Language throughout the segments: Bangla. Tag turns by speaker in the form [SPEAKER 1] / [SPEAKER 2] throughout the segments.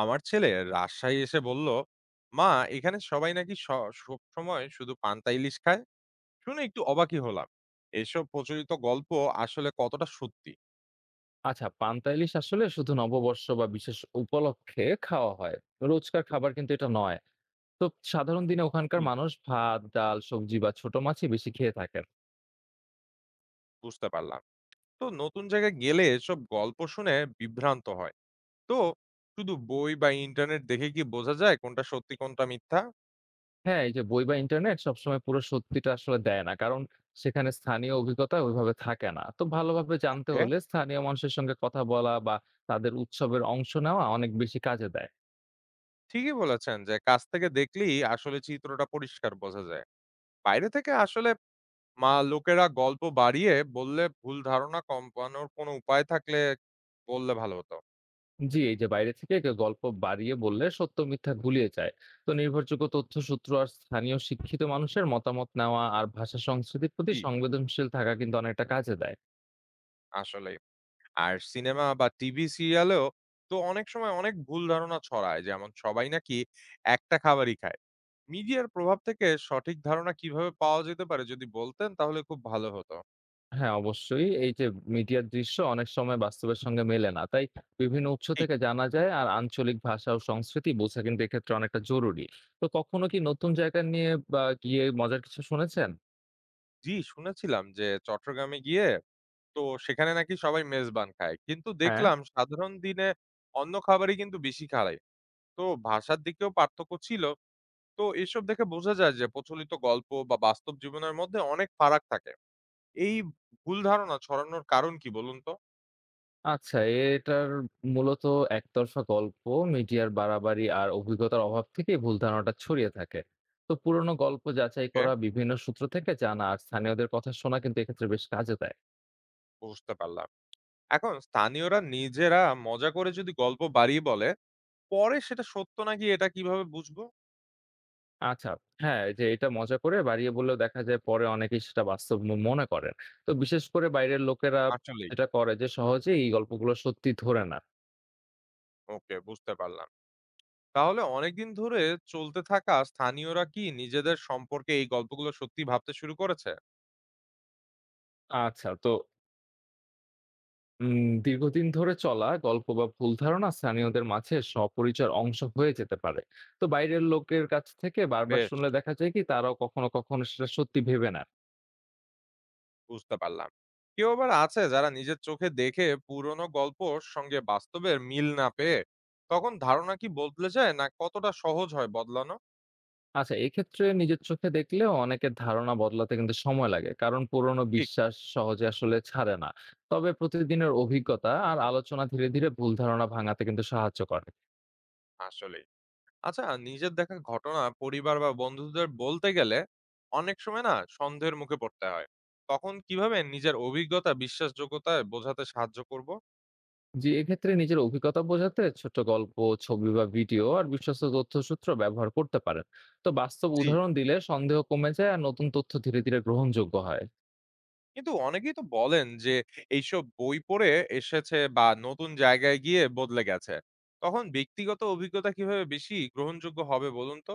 [SPEAKER 1] আমার ছেলে রাজশাহী এসে বলল, মা এখানে সবাই নাকি সবসময় শুধু পান্তা ইলিশ খায়। শুনে একটু অবাকই হলাম, এসব প্রচলিত গল্প আসলে কতটা সত্যি।
[SPEAKER 2] আচ্ছা, পান্তা ইলিশ আসলে শুধু নববর্ষ বা বিশেষ উপলক্ষে খাওয়া হয়। রোজকার খাবার কিন্তু এটা নয়। তো সাধারণ দিনে ওখানকার
[SPEAKER 1] কি
[SPEAKER 2] মানুষ ভাত, ডাল, সবজি বা ছোট মাছই বেশি খেয়ে থাকেন।
[SPEAKER 1] বুঝতে পারলাম, তো নতুন জায়গায় গেলে এসব গল্প শুনে বিভ্রান্ত হয়। তো শুধু বই বা ইন্টারনেট দেখে কি বোঝা যায় কোনটা সত্যি কোনটা মিথ্যা?
[SPEAKER 2] হ্যাঁ, এই যে বই বা ইন্টারনেট সবসময় পুরো সত্যিটা আসলে দেয় না। কারণ সেখানে স্থানীয় অভিজ্ঞতা ওইভাবে থাকে না। তো ভালোভাবে জানতে
[SPEAKER 1] হ্যাঁ,
[SPEAKER 2] হলে স্থানীয় মানুষের সঙ্গে কথা বলা বা তাদের উৎসবের অংশ নেওয়া অনেক বেশি কাজে দেয়।
[SPEAKER 1] ঠিকই বলেছেন যে কাছ থেকে দেখলেই আসলে চিত্রটা পরিষ্কার বোঝা যায়। বাইরে থেকে আসলে মা লোকেরা গল্প বাড়িয়ে বললে ভুল ধারণা কমানোর কোনো উপায় থাকলে বললে ভালো হতো।
[SPEAKER 2] জি, এই যে বাইরে থেকে একটা গল্প বাড়িয়ে বললে সত্য মিথ্যা গুলিয়ে যায়। তো নির্ভরযোগ্য তথ্যসূত্র আর স্থানীয় শিক্ষিত মানুষের মতামত নেওয়া আর ভাষা সংস্কৃতির প্রতি
[SPEAKER 1] কি
[SPEAKER 2] সংবেদনশীল থাকা কিন্তু অনেকটা কাজে দেয়।
[SPEAKER 1] আসলে? আর সিনেমা বা টিভি সিরিয়ালেও তো অনেক সময় অনেক ভুল ধারণা ছড়ায়। যেমন সবাই নাকি একটা খাবারই খায়। মিডিয়ার প্রভাব থেকে সঠিক ধারণা কিভাবে পাওয়া যেতে পারে যদি বলতেন তাহলে খুব ভালো হতো।
[SPEAKER 2] হ্যাঁ, অবশ্যই। এই যে মিডিয়ার দৃশ্য অনেক সময় বাস্তবের সঙ্গে মেলে না, তাই বিভিন্ন উৎস
[SPEAKER 1] ঠিক।
[SPEAKER 2] থেকে জানা যায় আর আঞ্চলিক ভাষা ও সংস্কৃতি বোঝা কিন্তু এক্ষেত্রে অনেকটা জরুরি। তো কখনো কি নতুন জায়গা নিয়ে বা গিয়ে মজার কিছু শুনেছেন?
[SPEAKER 1] জি, শুনেছিলাম যে চট্টগ্রামে গিয়ে তো সেখানে নাকি সবাই মেজবান খায়। কিন্তু
[SPEAKER 2] হ্যাঁ।
[SPEAKER 1] দেখলাম সাধারণ দিনে অন্য খাবারই কিন্তু বেশি খায়। তো ভাষার দিকেও পার্থক্য ছিল। তো এসব দেখে বোঝা যায় যে প্রচলিত গল্প বা বাস্তব জীবনের মধ্যে অনেক ফারাক থাকে। এই ভুল ধারণা ছড়ানোর কারণ কি বলুন তো?
[SPEAKER 2] আচ্ছা, এটার মূলত একতরফা গল্প, মিডিয়ার বাড়াবাড়ি আর অভিজ্ঞতার অভাব থেকেই ভুল ধারণাটা ছড়িয়ে থাকে। তো পুরনো গল্প যাচাই
[SPEAKER 1] ওকে,
[SPEAKER 2] করা, বিভিন্ন সূত্র থেকে জানা আর স্থানীয়দের কথা শোনা কিন্তু এক্ষেত্রে বেশ কাজে দেয়।
[SPEAKER 1] বুঝতে পারলাম। এখন স্থানীয়রা নিজেরা মজা করে যদি গল্প বাড়িয়ে বলে, পরে সেটা সত্য নাকি এটা কিভাবে বুঝবো?
[SPEAKER 2] আচ্ছা, হ্যাঁ, এই যে এটা মজা করে বাড়িয়ে বললেও দেখা যায় পরে অনেকেই সেটা বাস্তব মনে করেন। তো বিশেষ করে বাইরের লোকেরা
[SPEAKER 1] আসলেই।
[SPEAKER 2] যেটা করে যে সহজেই এই গল্পগুলো সত্যি ধরে না।
[SPEAKER 1] ওকে, বুঝতে পারলাম। তাহলে অনেকদিন ধরে চলতে থাকা স্থানীয়রা কি নিজেদের সম্পর্কে এই গল্পগুলো সত্যি ভাবতে শুরু করেছে?
[SPEAKER 2] আচ্ছা, তো দীর্ঘদিন ধরে চলা গল্প বা ভুল ধারণা স্থানীয়দের মাঝে স্বপরিচয়ের অংশ হয়ে যেতে পারে। তো বাইরের লোকের কাছ থেকে বারবার
[SPEAKER 1] বেশ,
[SPEAKER 2] শুনলে দেখা যায় কি তারাও কখনো কখনো সেটা সত্যি ভেবে নেন।
[SPEAKER 1] বুঝতে পারলাম। কেউ আবার আছে যারা নিজের চোখে দেখে পুরনো গল্পর সঙ্গে বাস্তবের মিল না পেয়ে, তখন ধারণা কি বদলে যায় না, কতটা সহজ হয় বদলানো?
[SPEAKER 2] আচ্ছা, এক্ষেত্রে নিজের চোখে দেখলেও অনেকের ধারণা বদলাতে কিন্তু সময় লাগে, কারণ পুরনো
[SPEAKER 1] ঠিক।
[SPEAKER 2] বিশ্বাস সহজে আসলে ছাড়ে না। তবে প্রতিদিনের অভিজ্ঞতা আর আলোচনা ধীরে ধীরে ভুল ধারণা ভাঙাতে কিন্তু সাহায্য করে।
[SPEAKER 1] আসলে, আচ্ছা, নিজের দেখা ঘটনা পরিবার বা বন্ধুদের বলতে গেলে অনেক সময় না সন্দেহের মুখে পড়তে হয়। তখন কিভাবে নিজের অভিজ্ঞতা বিশ্বাসযোগ্যতায় বোঝাতে সাহায্য করব?
[SPEAKER 2] জি, এক্ষেত্রে নিজের অভিজ্ঞতা বোঝাতে ছোট গল্প, ছবি বা ভিডিও আর বিশ্বস্ত তথ্যসূত্র ব্যবহার করতে পারেন। তো বাস্তব
[SPEAKER 1] জি,
[SPEAKER 2] উদাহরণ দিলে সন্দেহ কমে যায় আর নতুন তথ্য ধীরে ধীরে গ্রহণযোগ্য হয়।
[SPEAKER 1] কিন্তু অনেকেই তো বলেন যে এইসব বই পড়ে এসেছে বা নতুন জায়গায় গিয়ে বদলে গেছে। তখন ব্যক্তিগত অভিজ্ঞতা কিভাবে বেশি গ্রহণযোগ্য হবে বলুন তো?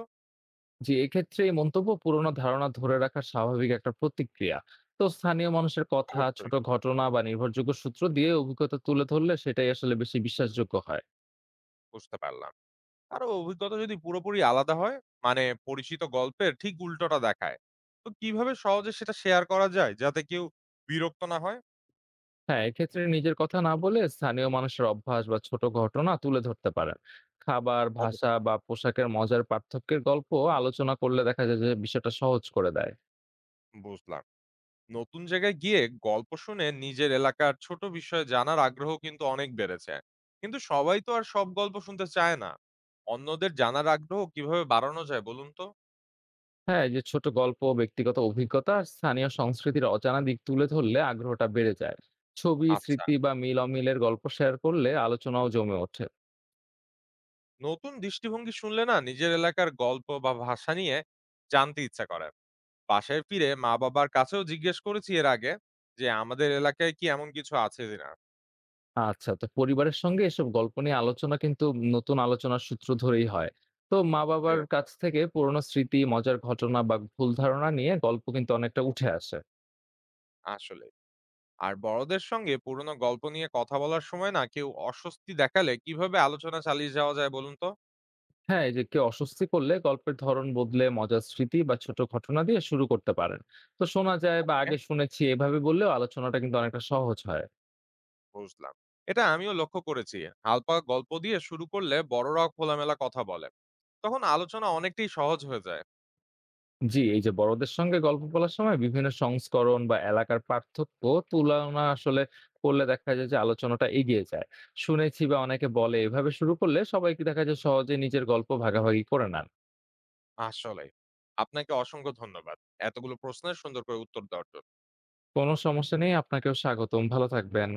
[SPEAKER 2] জি, এক্ষেত্রে এই মন্তব্য পুরনো ধারণা ধরে রাখার স্বাভাবিক একটা প্রতিক্রিয়া। তো স্থানীয় মানুষের কথা,
[SPEAKER 1] অবশ্যই।
[SPEAKER 2] ছোট ঘটনা বা নির্ভরযোগ্য সূত্র দিয়ে অভিজ্ঞতা তুলে ধরলে সেটাই আসলে বেশি বিশ্বাসযোগ্য হয়।
[SPEAKER 1] বুঝতে পারলাম। আরো অভিজ্ঞতা যদি পুরোপুরি আলাদা হয়, মানে পরিচিত গল্পের ঠিক উল্টোটা দেখায়। তো কিভাবে সহজে সেটা শেয়ার করা যায় যাতে কেউ বিরক্ত না হয়?
[SPEAKER 2] হ্যাঁ, এক্ষেত্রে নিজের কথা না বলে স্থানীয় মানুষের অভ্যাস বা ছোট ঘটনা তুলে ধরতে পারেন। খাবার, ভাষা
[SPEAKER 1] অবশ্যই।
[SPEAKER 2] বা পোশাকের মজার পার্থক্যের গল্প আলোচনা করলে দেখা যায় যে বিষয়টা সহজ করে দেয়।
[SPEAKER 1] বুঝলাম। নতুন জায়গায় গিয়ে গল্প শুনে নিজের এলাকার ছোট বিষয়ে জানার আগ্রহ কিন্তু অনেক বেড়েছে। কিন্তু সবাই তো আর সব গল্প শুনতে চায় না। অন্যদের জানার আগ্রহ কিভাবে বাড়ানো যায় বলুন তো?
[SPEAKER 2] হ্যাঁ, এই যে ছোট গল্প, ব্যক্তিগত অভিজ্ঞতা আর স্থানীয় সংস্কৃতির অজানা দিক তুলে ধরলে আগ্রহটা বেড়ে যায়। ছবি,
[SPEAKER 1] আচ্ছা,
[SPEAKER 2] স্মৃতি বা মিল-অমিলের গল্প শেয়ার করলে আলোচনাও জমে ওঠে।
[SPEAKER 1] নতুন দৃষ্টিভঙ্গি শুনলে না নিজের এলাকার গল্প বা ভাষা নিয়ে জানতে ইচ্ছা করে। বাসায় ফিরে মা বাবার কাছেও জিজ্ঞেস করেছি এর আগে যে আমাদের এলাকায় কি এমন কিছু আছে কিনা।
[SPEAKER 2] আচ্ছা, তো পরিবারের সঙ্গে এসব গল্প নিয়ে আলোচনা কিন্তু নতুন আলোচনার সূত্র ধরেই হয়। তো মা-বাবার
[SPEAKER 1] বেশ,
[SPEAKER 2] কাছ থেকে পুরনো স্মৃতি, মজার ঘটনা বা ভুল ধারণা নিয়ে গল্প কিন্তু অনেকটা উঠে আসে।
[SPEAKER 1] আসলে আর বড়দের সঙ্গে পুরনো গল্প নিয়ে কথা বলার সময় না কেউ অস্বস্তি দেখালে কিভাবে আলোচনা চালিয়ে যাওয়া যায় বলুন তো?
[SPEAKER 2] হ্যাঁ, এই যে কেউ অস্বস্তি করলে গল্পের ধরন বদলে মজার স্মৃতি বা ছোট ঘটনা দিয়ে শুরু করতে পারেন। তো শোনা যায় বা আগে শুনেছি এভাবে বললেও আলোচনাটা কিন্তু অনেকটা সহজ হয়।
[SPEAKER 1] বুঝলাম। এটা আমিও লক্ষ্য করেছি। হালকা গল্প দিয়ে শুরু করলে বড়রাও খোলামেলা কথা বলে। তখন আলোচনা অনেকটাই সহজ হয়ে যায়।
[SPEAKER 2] জি, এই যে বড়দের সঙ্গে গল্প বলার সময় বিভিন্ন সংস্করণ বা এলাকার পার্থক্য তুলনা আসলে করলে দেখা যায় যে আলোচনাটা এগিয়ে যায়। শুনেছি বা অনেকে বলে এভাবে শুরু করলে সবাই দেখা যায় সহজে নিজের গল্প ভাগাভাগি করে নেন।
[SPEAKER 1] আসলেই। আপনাকে অসংখ্য ধন্যবাদ। এতগুলো প্রশ্নের সুন্দর করে উত্তর দেওয়ার জন্য।
[SPEAKER 2] কোনো সমস্যা নেই, আপনাকেও স্বাগতম। ভালো থাকবেন।